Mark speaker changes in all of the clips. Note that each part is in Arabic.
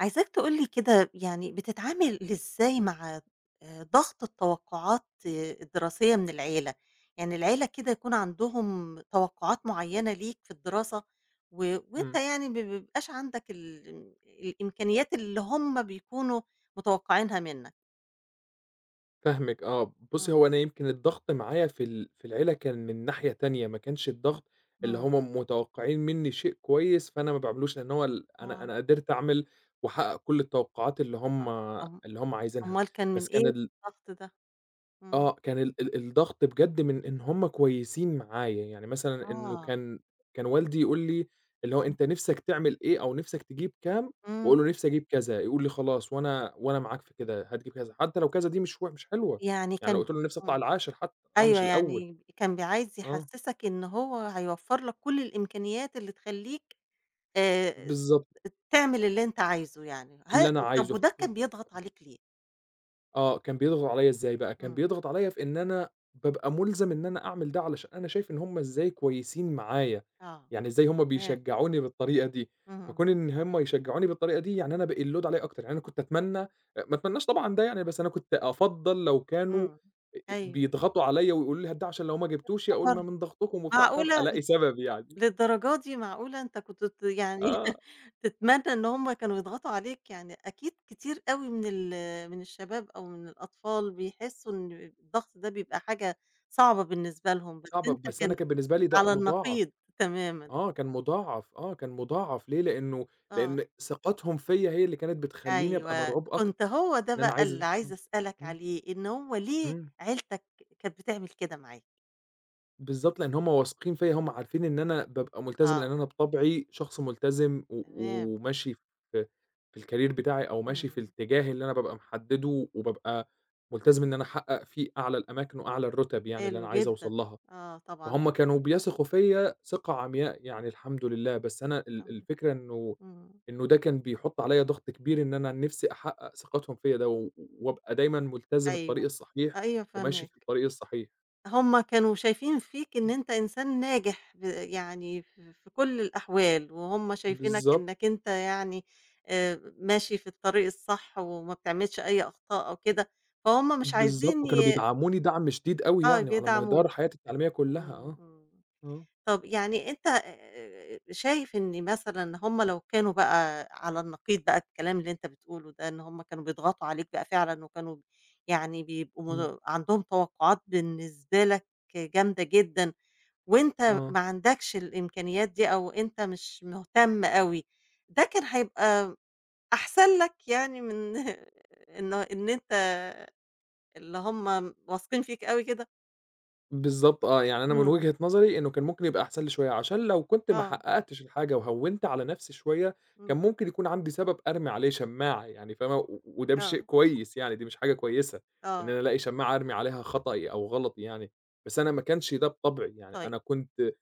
Speaker 1: عايزاك تقول لي كده يعني بتتعامل إزاي مع ضغط التوقعات الدراسية من العيلة؟ يعني العيلة كده يكون عندهم توقعات معيّنة ليك في الدراسة و وأنت
Speaker 2: إمم،
Speaker 1: يعني ما بيبقاش عندك ال الإمكانيات اللي هم بيكونوا متوقعينها منّك.
Speaker 2: فاهمِك آه،
Speaker 1: إمم،
Speaker 2: بُصّي هو أنا يمكن الضغط معايا في العيلة كان من ناحية تانية، ما كانش الضغط اللي
Speaker 1: إمم،
Speaker 2: هُم متوقعين مني شيء كويس، فأنا ما باعملوش، لأن هو ال أنا
Speaker 1: آه.
Speaker 2: أنا قدرت أعمل وأحقق كل التوقعات اللي
Speaker 1: أ
Speaker 2: هُم
Speaker 1: أم
Speaker 2: اللي هُم عايزينها،
Speaker 1: أمّال كان من
Speaker 2: بس كان
Speaker 1: إيه
Speaker 2: ال
Speaker 1: الضغط ده؟ إمم.
Speaker 2: آه، كان ال ال الضغط بجد من إن هُم كويسين معايا، يعني مثلًا إنه
Speaker 1: آه.
Speaker 2: كان والدي يقول لي اللي هو
Speaker 1: إمم.
Speaker 2: أنت نِفْسك تعمل إيه أو نِفْسك تجيب كام،
Speaker 1: إمم.
Speaker 2: واقول له نِفْسي أجيب كذا، يقول لي خلاص وأنا معاك في كده، هتجيب كذا، حتى لو كذا دي مش حلوة،
Speaker 1: يعني
Speaker 2: يعني لو
Speaker 1: كان ب
Speaker 2: قُلت له نِفْسي أطلع
Speaker 1: إمم.
Speaker 2: العاشر حتى، آه،
Speaker 1: أيوه،
Speaker 2: مش الأول.
Speaker 1: يعني كان عايز
Speaker 2: آه،
Speaker 1: يحسّسك إن هو هيوفّر لك كل الإمكانيات اللي تخلّيك آآ
Speaker 2: بالضبط،
Speaker 1: تعمل اللي أنت عايزه يعني،
Speaker 2: اللي أنا
Speaker 1: طَب
Speaker 2: عايزه ف
Speaker 1: وده كان بيضغط عليك ليه؟
Speaker 2: آه، كان بيضغط عليَّ إزاي بقى، كان
Speaker 1: إمم،
Speaker 2: بيضغط عليَّ في إن أنا بابقى مُلزم إن أنا أعمل ده علشان أنا شايف إن هُم إزاي كويسين معايا،
Speaker 1: آه،
Speaker 2: يعني إزاي هُم
Speaker 1: تمام،
Speaker 2: بيشجعوني بالطريقة دي،
Speaker 1: اهم،
Speaker 2: فكون إن هُم يشجعوني بالطريقة دي يعني أنا بقي الload عليَّ أكتر. يعني أنا كنت أتمنى أ ما أتمناش طبعًا ده يعني، بس أنا كنت أفضّل لو كانوا
Speaker 1: إمم، أيوه،
Speaker 2: بيضغطوا عليَّ ويقولوا لي هات ده، عشان لو ما جبتوش يقول
Speaker 1: خبر!
Speaker 2: ما من ضغطكم وبتاع، فابقى
Speaker 1: معقولة؟!
Speaker 2: ألاقي سبب يعني.
Speaker 1: للدرجة دي! معقولة أنت كنت يعني
Speaker 2: آه،
Speaker 1: تتمنى إن هُم كانوا يضغطوا عليك، يعني أكيد كتير أوي من ال من الشباب أو من الأطفال بيحسّوا إن الضغط ده بيبقى حاجة صعبة بالنسبة لهم، بس
Speaker 2: صعبة
Speaker 1: أنت
Speaker 2: بس
Speaker 1: كان
Speaker 2: أنا كان بالنسبة لي ده
Speaker 1: على
Speaker 2: مُضاعف.
Speaker 1: النقيض تمامًا،
Speaker 2: آه، كان مُضاعَف. آه، كان مُضاعَف ليه؟
Speaker 1: آه،
Speaker 2: لإن ثقتهم فيّا هي اللي كانت بتخلّيني أبقى
Speaker 1: أيوه،
Speaker 2: مرعوب أكتر.
Speaker 1: كنت هو ده
Speaker 2: إن أنا
Speaker 1: بقى اللي
Speaker 2: عايز
Speaker 1: عايزة
Speaker 2: إمم،
Speaker 1: أسألك
Speaker 2: إمم،
Speaker 1: عليه، إن هو ليه
Speaker 2: إمم،
Speaker 1: عيلتك كانت بتعمل كده معاك؟
Speaker 2: بالضبط، لإن هم واثقين فيّا، هم عارفين إن أنا بابقى ملتزم، لإن
Speaker 1: آه،
Speaker 2: أنا بطبعي شخص ملتزم
Speaker 1: تمام،
Speaker 2: وماشي في الcareer بتاعي، أو
Speaker 1: إمم،
Speaker 2: ماشي في الاتجاه اللي أنا بابقى محدّده، وبابقى ملتزم إن أنا أحقق فيه أعلى الأماكن وأعلى الرُتب يعني اللي
Speaker 1: حلو
Speaker 2: أنا عايز
Speaker 1: جدًا،
Speaker 2: أوصل لها.
Speaker 1: آه طبعًا،
Speaker 2: فهُم كانوا بيثقوا فيّا ثقة عمياء يعني الحمد لله، بس أنا
Speaker 1: إمم،
Speaker 2: الفكرة إنه
Speaker 1: إمم،
Speaker 2: إنه ده كان بيحُط عليّا ضغط كبير إن أنا نِفْسي أحقق ثقتهم فيّا ده، وأبقى دايمًا ملتزم الطريق
Speaker 1: أيوه،
Speaker 2: الصحيح،
Speaker 1: أيوه
Speaker 2: وماشي في
Speaker 1: فاهماك.
Speaker 2: الطريق الصحيح.
Speaker 1: هُم كانوا شايفين فيك إن أنت إنسان ناجح يعني في كل الأحوال، وهُم شايفينك
Speaker 2: بالضبط،
Speaker 1: إنك أنت يعني ماشي في الطريق الصح وما بتعملش أي أخطاء أو كده، فهُم مش
Speaker 2: بالضبط،
Speaker 1: عايزين
Speaker 2: وكانوا
Speaker 1: ي
Speaker 2: بيدعموني دعم شديد أوي
Speaker 1: آه،
Speaker 2: يعني على مدار
Speaker 1: بيدعموك.
Speaker 2: حياتي التعليمية كلّها
Speaker 1: إمم،
Speaker 2: آه،
Speaker 1: إمم.
Speaker 2: آه،
Speaker 1: طب يعني أنت شايف إن مثلًا هُم لو كانوا بقى على النقيض بقى الكلام اللي أنت بتقوله ده، إن هُم كانوا بيضغطوا عليك بقى فعلًا وكانوا يعني بيبقوا
Speaker 2: إمم،
Speaker 1: م عندهم توقعات بالنسبة لك جامدة جدًا، وأنت ما
Speaker 2: آه.
Speaker 1: عندكش الإمكانيات دي أو أنت مش مهتم أوي، ده كان هيبقى أحسن لك يعني من إن أنت اللي هُم واثقين فيك أوي كده؟
Speaker 2: بالضبط آه، يعني أنا من
Speaker 1: إمم،
Speaker 2: وجهة نظري إنه كان ممكن يبقى أحسن لي شوية، عشان لو كنت ما
Speaker 1: آه،
Speaker 2: حققتش الحاجة وهوّنت على نفسي شوية، كان
Speaker 1: إمم،
Speaker 2: ممكن يكون عندي سبب أرمي عليه شماعة يعني فاهمة، وده مش شيء
Speaker 1: آه،
Speaker 2: كويس يعني، دي مش حاجة كويسة، إن
Speaker 1: آه،
Speaker 2: أنا ألاقي شماعة أرمي عليها خطأي أو غلطي يعني. بس أنا ما كانش ده بطبعي، يعني
Speaker 1: طيب.
Speaker 2: أنا كنت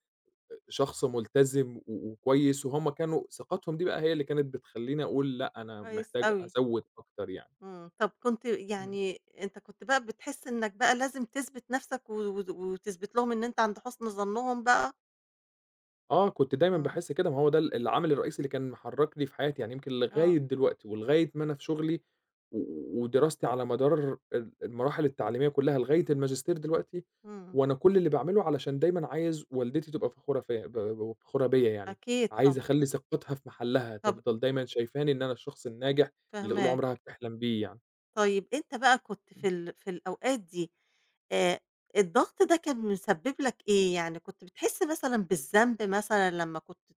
Speaker 2: شخص ملتزم وكويس، وهُم كانوا ثقتهم دي بقى هي اللي كانت بتخلّيني أقول لأ، أنا
Speaker 1: كويس
Speaker 2: محتاج
Speaker 1: أوي،
Speaker 2: أزوّد أكتر يعني.
Speaker 1: إمم، طب كنت
Speaker 2: إمم.
Speaker 1: يعني أنت كنت بقى بتحس إنك بقى لازم تثبت نفسك و وت وتثبت لهم إن أنت عند حُسن ظنّهم بقى؟
Speaker 2: آه، كنت دايمًا
Speaker 1: إمم،
Speaker 2: باحس كده، ما هو ده العامل الرئيسي اللي كان محرّكني في حياتي، يعني يمكن
Speaker 1: آه،
Speaker 2: لغاية دلوقتي ولغاية ما أنا في شغلي ودراستي على مدار المراحل التعليمية كلّها لغاية الماجستير دلوقتي،
Speaker 1: إمم،
Speaker 2: وأنا كل اللي باعمله علشان دايمًا عايز والدتي تبقى فخورة فيّا، ب ب فخورة بيّا يعني،
Speaker 1: أكيد
Speaker 2: عايز
Speaker 1: طبعًا،
Speaker 2: أخلّي ثقتها في محلّها،
Speaker 1: طب
Speaker 2: تفضل دايمًا شايفاني إن أنا الشخص الناجح اللي طول
Speaker 1: فاهماك.
Speaker 2: عمرها بتحلم بيه يعني.
Speaker 1: طيب أنت بقى كنت
Speaker 2: إمم،
Speaker 1: في الأوقات دي آآ، الضغط ده كان مسبب لك إيه؟ يعني كنت بتحس مثلًا بالذنب مثلًا لمّا كنت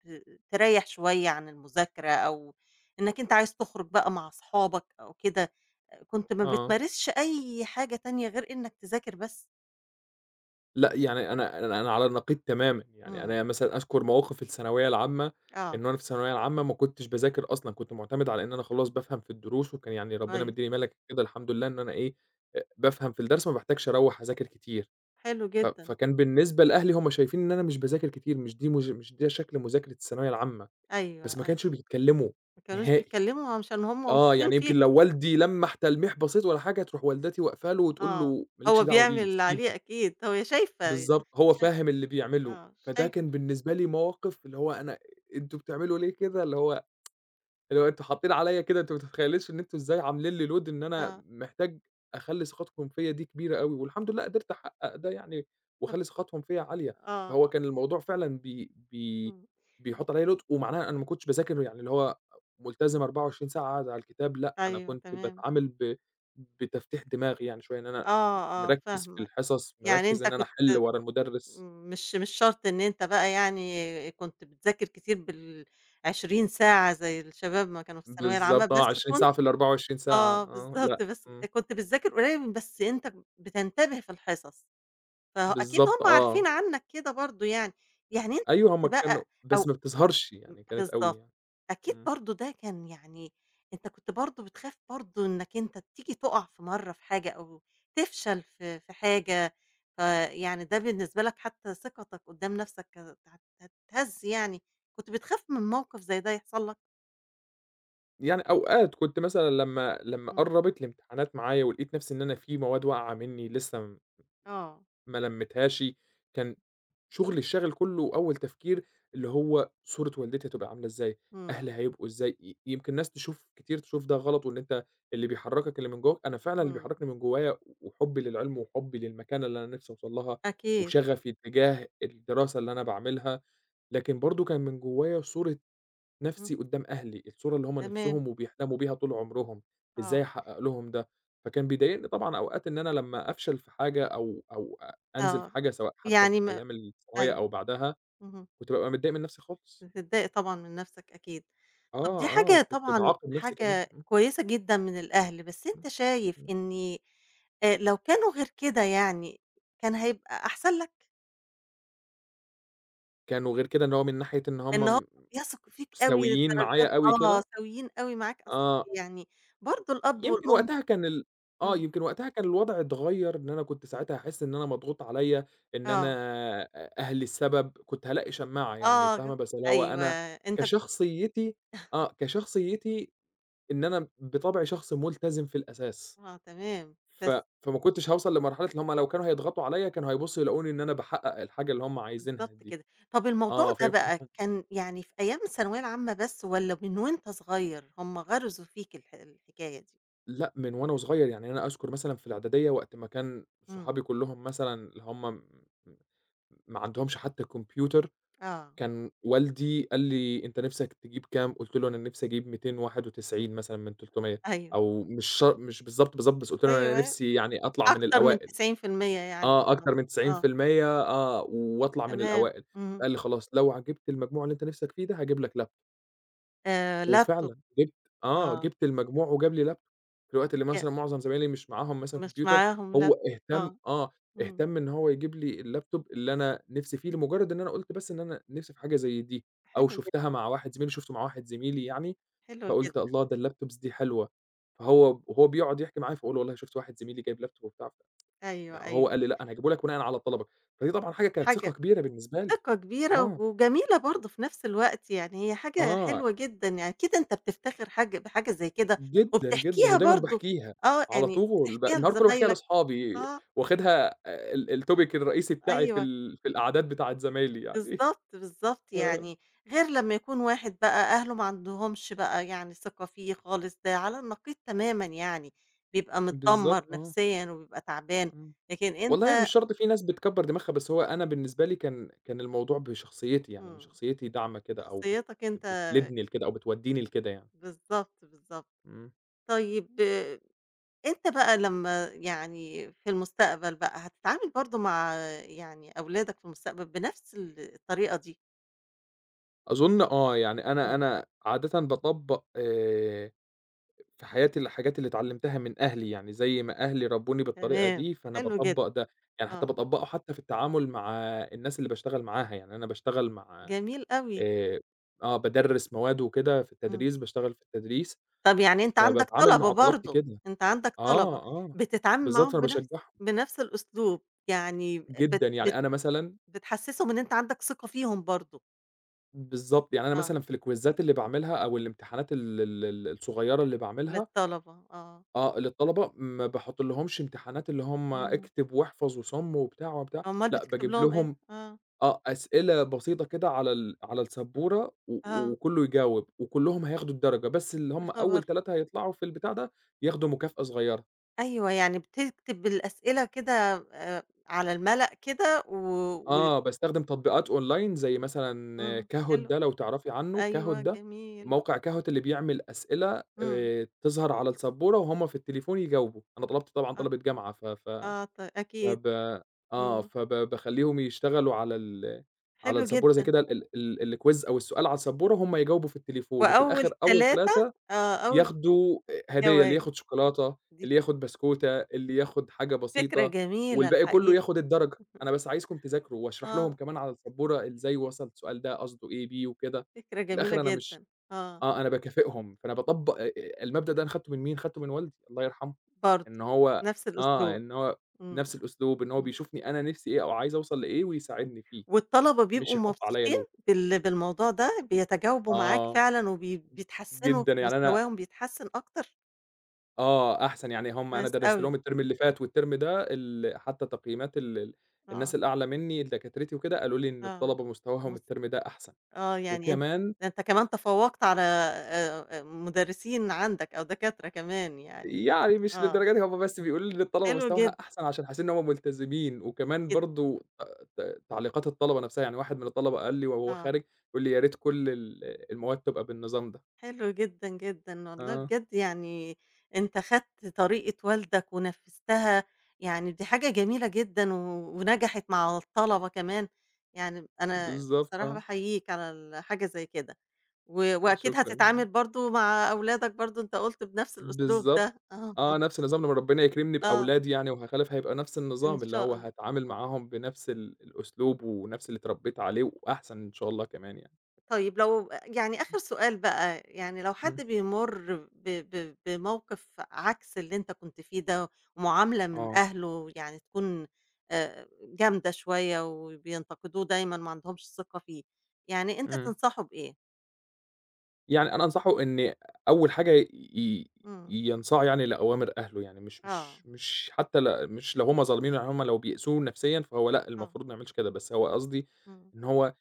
Speaker 1: تريّح شوية عن المذاكرة أو إنك أنت عايز تخرج بقى مع أصحابك أو كده، آه، كنت ما
Speaker 2: آه.
Speaker 1: بتمارسش أي حاجة تانية غير إنك تذاكر بس؟
Speaker 2: لأ، يعني أنا على النقيض تمامًا، يعني
Speaker 1: إمم،
Speaker 2: أنا مثلًا أذكر مواقف في الثانوية العامة، إن
Speaker 1: آه،
Speaker 2: وأنا في الثانوية العامة ما كنتش باذاكر أصلًا، كنت معتمد على إن أنا خلاص بافهم في الدروس، وكان يعني ربنا
Speaker 1: كويس،
Speaker 2: مدّيني مَلَكة كده الحمد لله إن أنا إيه، بافهم في الدرس ما باحتاجش أروّح أذاكر كتير،
Speaker 1: حلو جدًا،
Speaker 2: فكان بالنسبة لأهلي هم شايفين إن أنا مش باذاكر كتير، مش دي مش مش ده شكل مذاكرة الثانوية العامة،
Speaker 1: أيوه،
Speaker 2: بس ما
Speaker 1: أيوه،
Speaker 2: كانش بيتكلموا
Speaker 1: ما كانوش
Speaker 2: نهائي.
Speaker 1: بيتكلموا عشان هُم
Speaker 2: آه،
Speaker 1: واثقين
Speaker 2: يعني يمكن
Speaker 1: فيك،
Speaker 2: لو والدي لمّح تلميح بسيط والّا حاجة، تروح والدتي واقفة له وتقول
Speaker 1: آه،
Speaker 2: له: "ما لكش
Speaker 1: هو
Speaker 2: دعوة
Speaker 1: بيعمل
Speaker 2: بيه،
Speaker 1: اللي عليه
Speaker 2: سيبه."
Speaker 1: أكيد، هي شايفة
Speaker 2: بالضبط، هو فاهم اللي بيعمله.
Speaker 1: آه،
Speaker 2: فده
Speaker 1: شايف
Speaker 2: كان بالنسبة لي موقِف اللي هو أنا أنتم بتعملوا ليه كده؟ اللي هو أنتم حاطين عليّا كده، أنتم ما تتخيّلوش إن أنتم إزاي عاملين لي load إن أنا
Speaker 1: آه،
Speaker 2: محتاج أخلّي ثقتكم فيّا دي كبيرة أوي، والحمد لله قدرت أحقق ده يعني،
Speaker 1: طَب
Speaker 2: واخلّي ثقتهم فيّا عالية.
Speaker 1: آه،
Speaker 2: فهو كان الموضوع فعلًا بي بي
Speaker 1: إمم،
Speaker 2: بيحط عليّا load، ومعناها أنا ما كنتش باذاكر يعني اللي هو ملتزم 24 ساعة قاعد على الكتاب، لأ، أنا
Speaker 1: أيوه
Speaker 2: كنت
Speaker 1: تمام،
Speaker 2: باتعامل بتفتيح دماغي يعني شوية، إن أنا
Speaker 1: آه، آه
Speaker 2: مركّز في
Speaker 1: فاهمة،
Speaker 2: الحصص،
Speaker 1: يعني
Speaker 2: مركّز
Speaker 1: أنت
Speaker 2: إن أنا
Speaker 1: كنت
Speaker 2: أحل ورا المدرس.
Speaker 1: إمم، مش شرط إن أنت بقى يعني كنت بتذاكر كتير بال20 ساعة زي الشباب ما كانوا في الثانوية العامة،
Speaker 2: بالضبط آه،
Speaker 1: بس
Speaker 2: 20
Speaker 1: كنت
Speaker 2: ساعة في ال24 ساعة
Speaker 1: آه
Speaker 2: آه، لأ،
Speaker 1: بالضبط، بس
Speaker 2: إمم،
Speaker 1: كنت بتذاكر قليل بس أنت بتنتبه في الحصص، فأكيد
Speaker 2: بالضبط
Speaker 1: هُم
Speaker 2: آه.
Speaker 1: عارفين عنك كده برضه يعني، يعني أنت
Speaker 2: أيوه
Speaker 1: كنت
Speaker 2: هُم كانوا
Speaker 1: بقى
Speaker 2: بس
Speaker 1: أو
Speaker 2: ما بتظهرش
Speaker 1: إمم،
Speaker 2: يعني كانت أوي
Speaker 1: بالضبط،
Speaker 2: يعني.
Speaker 1: أكيد
Speaker 2: إمم،
Speaker 1: برضه ده كان يعني أنت كنت برضه بتخاف برضه إنّك أنت تيجي تُقع في مرّة في حاجة أو تفشل في حاجة، فيعني ده بالنسبة لك حتى ثقتك قدّام نَفْسك كانت هتتهز يعني، كنت بتخاف من موقف زي ده يحصل لك؟
Speaker 2: يعني أوقات كنت مثلًا لمّا
Speaker 1: إمم،
Speaker 2: قرّبت الامتحانات معايا ولقيت نفْسي إن أنا في مواد واقعة منّي لسه
Speaker 1: آه،
Speaker 2: ما لمّيتهاش، كان شغلي الشاغل كلّه وأول تفكير اللي هو صورة والدتي هتبقى عاملة إزاي، أهلي
Speaker 1: إمم،
Speaker 2: هيبقوا إزاي، يمكن ناس تشوف كتير تشوف ده غلط، وإن أنت اللي بيحرّكك اللي من جوّاك، أنا فعلًا اللي
Speaker 1: إمم،
Speaker 2: بيحرّكني من جوّايا وحُبّي للعلم وحُبّي للمكانة اللي أنا نفْسي أوصل لها
Speaker 1: أكيد،
Speaker 2: وشغفي تجاه الدراسة اللي أنا باعملها، لكن برضه كان من جوّايا صورة
Speaker 1: إمم،
Speaker 2: نَفْسي قُدّام أهلي، الصورة اللي هم
Speaker 1: تمام،
Speaker 2: نِفْسهم وبيحلموا بيها طول عمرهم،
Speaker 1: آه،
Speaker 2: إزاي أحقّق لهم ده؟ فكان بيضايقني طبعًا أوقات إن أنا لمّا أفشل في حاجة أو أنزل في
Speaker 1: آه،
Speaker 2: حاجة سواء حتى في
Speaker 1: يعني ما
Speaker 2: أيام الثانوية
Speaker 1: أيوه،
Speaker 2: أو بعدها،
Speaker 1: اهم،
Speaker 2: كنت بابقى متضايق من نَفْسي خالص.
Speaker 1: بتتضايق طبعًا من نَفْسك أكيد. طب
Speaker 2: آه،
Speaker 1: دي
Speaker 2: آه،
Speaker 1: حاجة
Speaker 2: وكنت
Speaker 1: طبعًا
Speaker 2: باعاقب نَفْسي كمان.
Speaker 1: حاجة
Speaker 2: إمم،
Speaker 1: كويسة جدًا من الأهل، بس
Speaker 2: إمم،
Speaker 1: أنت شايف
Speaker 2: إمم.
Speaker 1: إن لو كانوا غير كده يعني، كان هيبقى أحسن لك؟
Speaker 2: كانوا غير كده إن هو من ناحية إن
Speaker 1: إن هو
Speaker 2: هم م
Speaker 1: بيثقوا فيك أوي
Speaker 2: سَويين معايا
Speaker 1: للدرجات
Speaker 2: أوي
Speaker 1: آه،
Speaker 2: كده
Speaker 1: سويين أوي معاك، أصل
Speaker 2: آه.
Speaker 1: يعني برضه الأب
Speaker 2: يمكن
Speaker 1: والأم
Speaker 2: وقتها كان ال آه،
Speaker 1: إمم،
Speaker 2: يمكن وقتها كان الوضع اتغيّر، إن أنا كنت ساعتها هاحس إن أنا مضغوط عليّا، إن أنا
Speaker 1: آه،
Speaker 2: أهلي السبب، كنت هالاقي شماعة يعني
Speaker 1: آه،
Speaker 2: فاهمة، بس اللي هو
Speaker 1: أيوه،
Speaker 2: أنا
Speaker 1: أنت ك
Speaker 2: كشخصيتي آه، كشخصيتي إن أنا بطبعي شخص ملتزم في الأساس،
Speaker 1: آه تمام،
Speaker 2: ف
Speaker 1: بس
Speaker 2: فما كنتش هاوصل لمرحلة اللي هُم لو كانوا هيضغطوا عليّا كانوا هيبصوا يلاقوني إن أنا باحقق الحاجة اللي هُم عايزينها
Speaker 1: بالضبط
Speaker 2: دي.
Speaker 1: كده. طب الموضوع
Speaker 2: آه،
Speaker 1: ده
Speaker 2: فيمكن
Speaker 1: بقى
Speaker 2: هُم
Speaker 1: كان يعني في أيام الثانوية العامة بس والّا من وأنت صغير هم غرزوا فيك الح الحكاية دي؟
Speaker 2: لأ، من وأنا صغير يعني أنا أذكر مثلًا في الإعدادية وقت ما كان صحابي
Speaker 1: إمم،
Speaker 2: كلّهم مثلًا اللي هُم ما عندهمش حتى كمبيوتر،
Speaker 1: آه،
Speaker 2: كان والدي قال لي: "أنت نِفْسك تجيب كام؟" قُلت له: "أنا نِفْسي أجيب 291 مثلًا من 300."
Speaker 1: أيوه.
Speaker 2: أو مش شر مش بالضبط، بالضبط، بس قُلت له: "أنا
Speaker 1: أيوه،
Speaker 2: نِفْسي يعني أطلع من
Speaker 1: أكتر من
Speaker 2: الأوائل."
Speaker 1: 90% يعني
Speaker 2: آه،
Speaker 1: وخلاص،
Speaker 2: أكتر من
Speaker 1: آه،
Speaker 2: 90%. آه، وأطلع من
Speaker 1: تمام،
Speaker 2: الأوائل.
Speaker 1: اهم،
Speaker 2: قال لي: "خلاص لو جِبت المجموع اللي أنت نِفْسك فيه ده هاجيب لك لاب."
Speaker 1: لابتوب،
Speaker 2: وفعلًا جِبت آه،
Speaker 1: آه،
Speaker 2: جِبت المجموع وجاب لي لابتوب، في الوقت اللي
Speaker 1: ي
Speaker 2: مثلًا معظم زمايلي مش معاهم مثلًا
Speaker 1: مش
Speaker 2: كمبيوتر.
Speaker 1: معاهم
Speaker 2: هو
Speaker 1: لابتوب،
Speaker 2: اهتم
Speaker 1: آه،
Speaker 2: آه،
Speaker 1: إمم،
Speaker 2: اهتم إن هو يجيب لي اللابتوب اللي أنا نِفْسي فيه، لمجرد إن أنا قُلت بس إن أنا نِفْسي في حاجة زي دي، أو
Speaker 1: حلو جدًا،
Speaker 2: شُفته مع واحد زميلي يعني.
Speaker 1: حلو
Speaker 2: فقُلت
Speaker 1: جدًا،
Speaker 2: الله ده الlaptops دي حلوة، فهو بيقعد يحكي معايا فاقول له والله شُفت واحد زميلي جايب لابتوب وبتاع،
Speaker 1: أيوه، أيوه،
Speaker 2: هو قال لي لأ أنا هاجيبه لك بناءً على طلبك. فدي طبعًا حاجة كانت ثقة
Speaker 1: حاجة
Speaker 2: كبيرة بالنسبة لي.
Speaker 1: ثقة كبيرة
Speaker 2: آه،
Speaker 1: وجميلة برضه في نفس الوقت، يعني هي حاجة
Speaker 2: آه.
Speaker 1: حلوة جدًا، يعني أكيد أنت بتفتخر حاجة بحاجة زي كده
Speaker 2: جدًا، جدًا،
Speaker 1: وبتحكيها
Speaker 2: ودايمًا
Speaker 1: برضه،
Speaker 2: باحكيها
Speaker 1: آه،
Speaker 2: على
Speaker 1: يعني
Speaker 2: طول،
Speaker 1: بتحكيها
Speaker 2: النهار كله باحكيها
Speaker 1: لزمايلك،
Speaker 2: لاصحابي،
Speaker 1: آه،
Speaker 2: واخدها الtopic الرئيسي بتاعي في
Speaker 1: أيوه.
Speaker 2: ال في القعدات بتاعة زمايلي يعني.
Speaker 1: بالضبط، بالضبط،
Speaker 2: آه،
Speaker 1: يعني غير لمّا يكون واحد بقى أهله ما عندهمش بقى يعني ثقة فيه خالص، ده على النقيض تمامًا يعني، بيبقى
Speaker 2: بالضبط
Speaker 1: متدمّر
Speaker 2: آه،
Speaker 1: نفسيًا وبيبقى تعبان،
Speaker 2: آه.
Speaker 1: لكن
Speaker 2: والله يعني
Speaker 1: أنت
Speaker 2: مش شرط في ناس بتكبّر دماغها، بس هو أنا بالنسبة لي كان الموضوع بشخصيتي، يعني إن
Speaker 1: إمم،
Speaker 2: شخصيتي داعمة كده أو بت
Speaker 1: شخصيتك أنت
Speaker 2: بتليدني لكده أو بتودّيني لكده يعني.
Speaker 1: بالضبط، بالضبط.
Speaker 2: إمم.
Speaker 1: طيب آه، أنت بقى لمّا يعني في المستقبل بقى هتتعامل برضه مع آه، يعني أولادك في المستقبل بنفس ال الطريقة دي؟
Speaker 2: أظن آه، يعني أنا
Speaker 1: إمم،
Speaker 2: أنا عادةً باطبّق في حياتي الحاجات اللي اتعلمتها من أهلي، يعني زي ما أهلي ربّوني بالطريقة
Speaker 1: تمام،
Speaker 2: دي، فأنا
Speaker 1: حلو
Speaker 2: باطبّق
Speaker 1: جدًا،
Speaker 2: ده، يعني حتى
Speaker 1: آه،
Speaker 2: باطبّقه حتى في التعامل مع الناس اللي باشتغل معاها، يعني أنا باشتغل مع
Speaker 1: جميل أوي،
Speaker 2: آآ آه، بادرّس مواد وكده في
Speaker 1: إمم.
Speaker 2: التدريس، باشتغل في التدريس،
Speaker 1: طب يعني أنت عندك
Speaker 2: فباتعامل
Speaker 1: طلبة
Speaker 2: مع طلبتي
Speaker 1: برضه،
Speaker 2: كده.
Speaker 1: أنت عندك
Speaker 2: آه،
Speaker 1: طلبة،
Speaker 2: آه،
Speaker 1: بتتعامل
Speaker 2: بالضبط،
Speaker 1: معاهم
Speaker 2: فأنا
Speaker 1: بنفس
Speaker 2: باشجّعهم
Speaker 1: بنفس الأسلوب، يعني بت
Speaker 2: جدًا، يعني
Speaker 1: بت
Speaker 2: أنا مثلًا
Speaker 1: بتحسسهم إن أنت عندك ثقة فيهم برضه،
Speaker 2: بالضبط، يعني أنا
Speaker 1: آه،
Speaker 2: مثلًا في الكويزات اللي باعملها أو الامتحانات ال ال ال الصغيّرة اللي باعملها
Speaker 1: للطلبة، آه،
Speaker 2: آه، للطلبة ما باحطلهمش امتحانات اللي هم
Speaker 1: إمم،
Speaker 2: اكتب واحفظ وصُم وبتاع،
Speaker 1: أومال
Speaker 2: لأ
Speaker 1: بتكتب
Speaker 2: باجيب
Speaker 1: لهم إيه؟
Speaker 2: لهم
Speaker 1: آه،
Speaker 2: آه، أسئلة بسيطة كده على السبورة، و
Speaker 1: آه،
Speaker 2: وكلّه يجاوب، وكلّهم هياخدوا الدرجة، بس اللي
Speaker 1: يا
Speaker 2: هم أول
Speaker 1: خبر!
Speaker 2: 3 هيطلعوا في البتاع ده ياخدوا مكافأة صغيرة.
Speaker 1: أيوه، يعني بتكتب الأسئلة كده على الملأ كده و و
Speaker 2: آه، باستخدم تطبيقات أونلاين زي مثلًا
Speaker 1: إمم،
Speaker 2: Kahoot،
Speaker 1: حلو،
Speaker 2: ده لو تعرفي عنه، Kahoot
Speaker 1: أيوه
Speaker 2: ده
Speaker 1: جميل،
Speaker 2: موقع Kahoot اللي بيعمل أسئلة
Speaker 1: إمم،
Speaker 2: تظهر على السبورة وهُم في التليفون يجاوبوا. أنا طلبت طبعًا
Speaker 1: آه،
Speaker 2: طلبة جامعة ف ف
Speaker 1: آه، أكيد،
Speaker 2: فب آه،
Speaker 1: إمم،
Speaker 2: فب باخلّيهم يشتغلوا على على
Speaker 1: حلو
Speaker 2: السبورة زي
Speaker 1: جدًا،
Speaker 2: كده ال ال الquiz أو السؤال على السبورة هم يجاوبوا في التليفون، وفي
Speaker 1: وأول
Speaker 2: الآخر أول
Speaker 1: 3
Speaker 2: 3
Speaker 1: آه، أول
Speaker 2: ياخدوا هدية،
Speaker 1: جوا
Speaker 2: اللي ياخد شوكولاتة،
Speaker 1: دي
Speaker 2: اللي ياخد بسكوتة، اللي ياخد حاجة
Speaker 1: فكرة
Speaker 2: بسيطة،
Speaker 1: جميلة
Speaker 2: والباقي كلّه
Speaker 1: الحقيقة،
Speaker 2: ياخد الدرجة. أنا بس عايزكم تذاكروا، واشرح لهم
Speaker 1: آه،
Speaker 2: كمان على السبورة إزاي وصل السؤال ده قصده إيه بيه وكده.
Speaker 1: فكرة
Speaker 2: في
Speaker 1: جميلة
Speaker 2: الآخر أنا مش
Speaker 1: جدًا، آه،
Speaker 2: آه، أنا باكافئهم، فأنا باطبّق المبدأ ده أنا خدته من مين؟ خدته من والدي الله يرحمه. إن
Speaker 1: برضه
Speaker 2: هو
Speaker 1: نفس
Speaker 2: آه،
Speaker 1: الأسلوب،
Speaker 2: إن هو
Speaker 1: إمم،
Speaker 2: نفس الأسلوب، إن هو
Speaker 1: إمم،
Speaker 2: بيشوفني أنا نِفْسي إيه أو عايز أوصل لإيه ويساعدني فيه،
Speaker 1: والطلبة
Speaker 2: مش
Speaker 1: بيبقوا
Speaker 2: يحُط عليّا
Speaker 1: مبسوطين
Speaker 2: load.
Speaker 1: بال بالموضوع ده، بيتجاوبوا معاك
Speaker 2: آه،
Speaker 1: فعلًا بيتحسنوا في
Speaker 2: جدًا، يعني أنا
Speaker 1: مستواهم بيتحسن أكتر؟
Speaker 2: آه، أحسن، يعني هم أنا
Speaker 1: كويس
Speaker 2: درست
Speaker 1: أوي،
Speaker 2: لهم الترم اللي فات والترم ده حتى تقييمات ال ال الناس
Speaker 1: آه،
Speaker 2: الأعلى منّي دكاترتي وكده، قالوا لي إن
Speaker 1: آه،
Speaker 2: الطلبة مستواهم
Speaker 1: مس
Speaker 2: الترم ده أحسن،
Speaker 1: آه، يعني أنت
Speaker 2: وكمان
Speaker 1: ده أنت كمان تفوّقت على مدرسين عندك أو دكاترة كمان يعني،
Speaker 2: يعني مش
Speaker 1: آه،
Speaker 2: للدرجة دي، هم بس بيقولوا لي إن الطلبة
Speaker 1: حلو
Speaker 2: مستواها
Speaker 1: جدًا،
Speaker 2: أحسن عشان حاسين إن هم ملتزمين، وكمان
Speaker 1: جدًا،
Speaker 2: برضه ت ت تعليقات الطلبة نفسها، يعني واحد من الطلبة قال لي وهو
Speaker 1: آه.
Speaker 2: خارج، بيقول لي: "يا ريت كل المواد تبقى بالنظام ده."
Speaker 1: حلو جدًا، جدًا، والله
Speaker 2: آه،
Speaker 1: بجد يعني أنت خدت طريقة والدك ونفّذتها، يعني دي حاجة جميلة جدًا و ونجحت مع الطلبة كمان، يعني أنا
Speaker 2: بالضبط
Speaker 1: بصراحة
Speaker 2: آه،
Speaker 1: باحييك على حاجة زي كده، و وأكيد
Speaker 2: شكرًا،
Speaker 1: هتتعامل برضه مع أولادك برضه أنت قُلت بنفْس الأسلوب
Speaker 2: بالضبط،
Speaker 1: ده، آه،
Speaker 2: آه، نفس النظام لمّا ربنا يكرمني
Speaker 1: آه،
Speaker 2: بأولاد يعني وهاخلف هيبقى نفس
Speaker 1: إن
Speaker 2: النظام، اللي
Speaker 1: شاء
Speaker 2: هو
Speaker 1: الله.
Speaker 2: هاتعامل معاهم بنفس الأسلوب ونفس اللي اتربيت عليه وأحسن إن شاء الله كمان يعني،
Speaker 1: طيب لو يعني آخر سؤال بقى، يعني لو حد
Speaker 2: إمم،
Speaker 1: بيمُر ب ب بموقف عكس اللي أنت كنت فيه ده، ومعاملة من
Speaker 2: آه،
Speaker 1: أهله يعني تكون جامدة شوية وبينتقدوه دايمًا ما عندهمش ثقة فيه، يعني أنت
Speaker 2: إمم.
Speaker 1: تنصحه بإيه؟
Speaker 2: يعني أنا أنصحه إن أول حاجة ي-
Speaker 1: إمم،
Speaker 2: ينصاع يعني لأوامر أهله، يعني مش
Speaker 1: آه،
Speaker 2: مش مش حتى مش لو هُم ظالمينه، يعني هُم لو بيأذوه نفسيًا فهو لأ،
Speaker 1: آه،
Speaker 2: المفروض ما يعملش كده، بس هو قصدي
Speaker 1: إمم،
Speaker 2: إن هو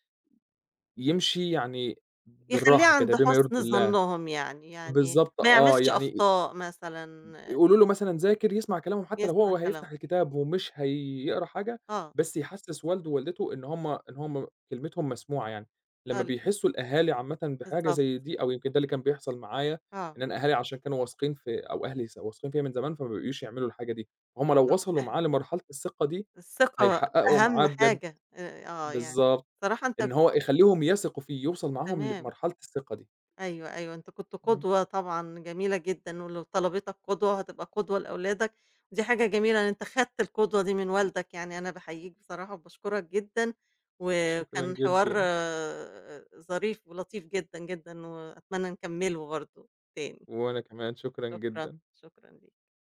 Speaker 2: يمشي يعني
Speaker 1: يخلّيه
Speaker 2: بالراحة كده
Speaker 1: عند
Speaker 2: بما يرضي
Speaker 1: حُسن
Speaker 2: الله.
Speaker 1: ظنهم يعني، يعني
Speaker 2: بالضبط
Speaker 1: ما
Speaker 2: آه،
Speaker 1: يعملش
Speaker 2: يعني
Speaker 1: أخطاء مثلًا، آه،
Speaker 2: يقولوا له مثلًا ذاكر، يسمع كلامهم حتى لو
Speaker 1: يسمع
Speaker 2: هو
Speaker 1: كلامه،
Speaker 2: هيفتح الكتاب ومش هيقرا حاجة،
Speaker 1: آه،
Speaker 2: بس يحسّس والده ووالدته إن هم كلمتهم مسموعة يعني. لمّا
Speaker 1: آه،
Speaker 2: بيحسّوا الأهالي عامةً بحاجة زي
Speaker 1: بالضبط،
Speaker 2: دي أو يمكن ده اللي كان بيحصل معايا، إن
Speaker 1: آه،
Speaker 2: أنا أهالي عشان كانوا واثقين في أو أهلي س واثقين فيّا من زمان، فما بيقوش يعملوا الحاجة دي. هُم لو
Speaker 1: بالضبط.
Speaker 2: وصلوا معاه لمرحلة الثقة دي،
Speaker 1: الثقة
Speaker 2: هيحققوا معاه
Speaker 1: أهم
Speaker 2: بجد
Speaker 1: حاجة، آه، يعني
Speaker 2: بالضبط،
Speaker 1: بصراحة أنت
Speaker 2: إن هو يخلّيهم يثقوا فيه، يوصل معاهم
Speaker 1: تمام،
Speaker 2: لمرحلة الثقة دي.
Speaker 1: أيوه، أيوه، أنت كنت
Speaker 2: إمم،
Speaker 1: قدوة طبعًا جميلة جدًا، ولو طلبتك قدوة هتبقى قدوة لأولادك، ودي حاجة جميلة إن أنت خدت القدوة دي من والدك، يعني أنا باحييك بصراحة وباشكرك جدًا،
Speaker 2: شكرًا
Speaker 1: وكان حوار
Speaker 2: جدًا،
Speaker 1: آه، ظريف ولطيف جدًا، جدًا، وأتمنى نكمله برضه تاني،
Speaker 2: وأنا كمان شكرًا
Speaker 1: شكرًا،
Speaker 2: جدًا.
Speaker 1: شكرًا ليك.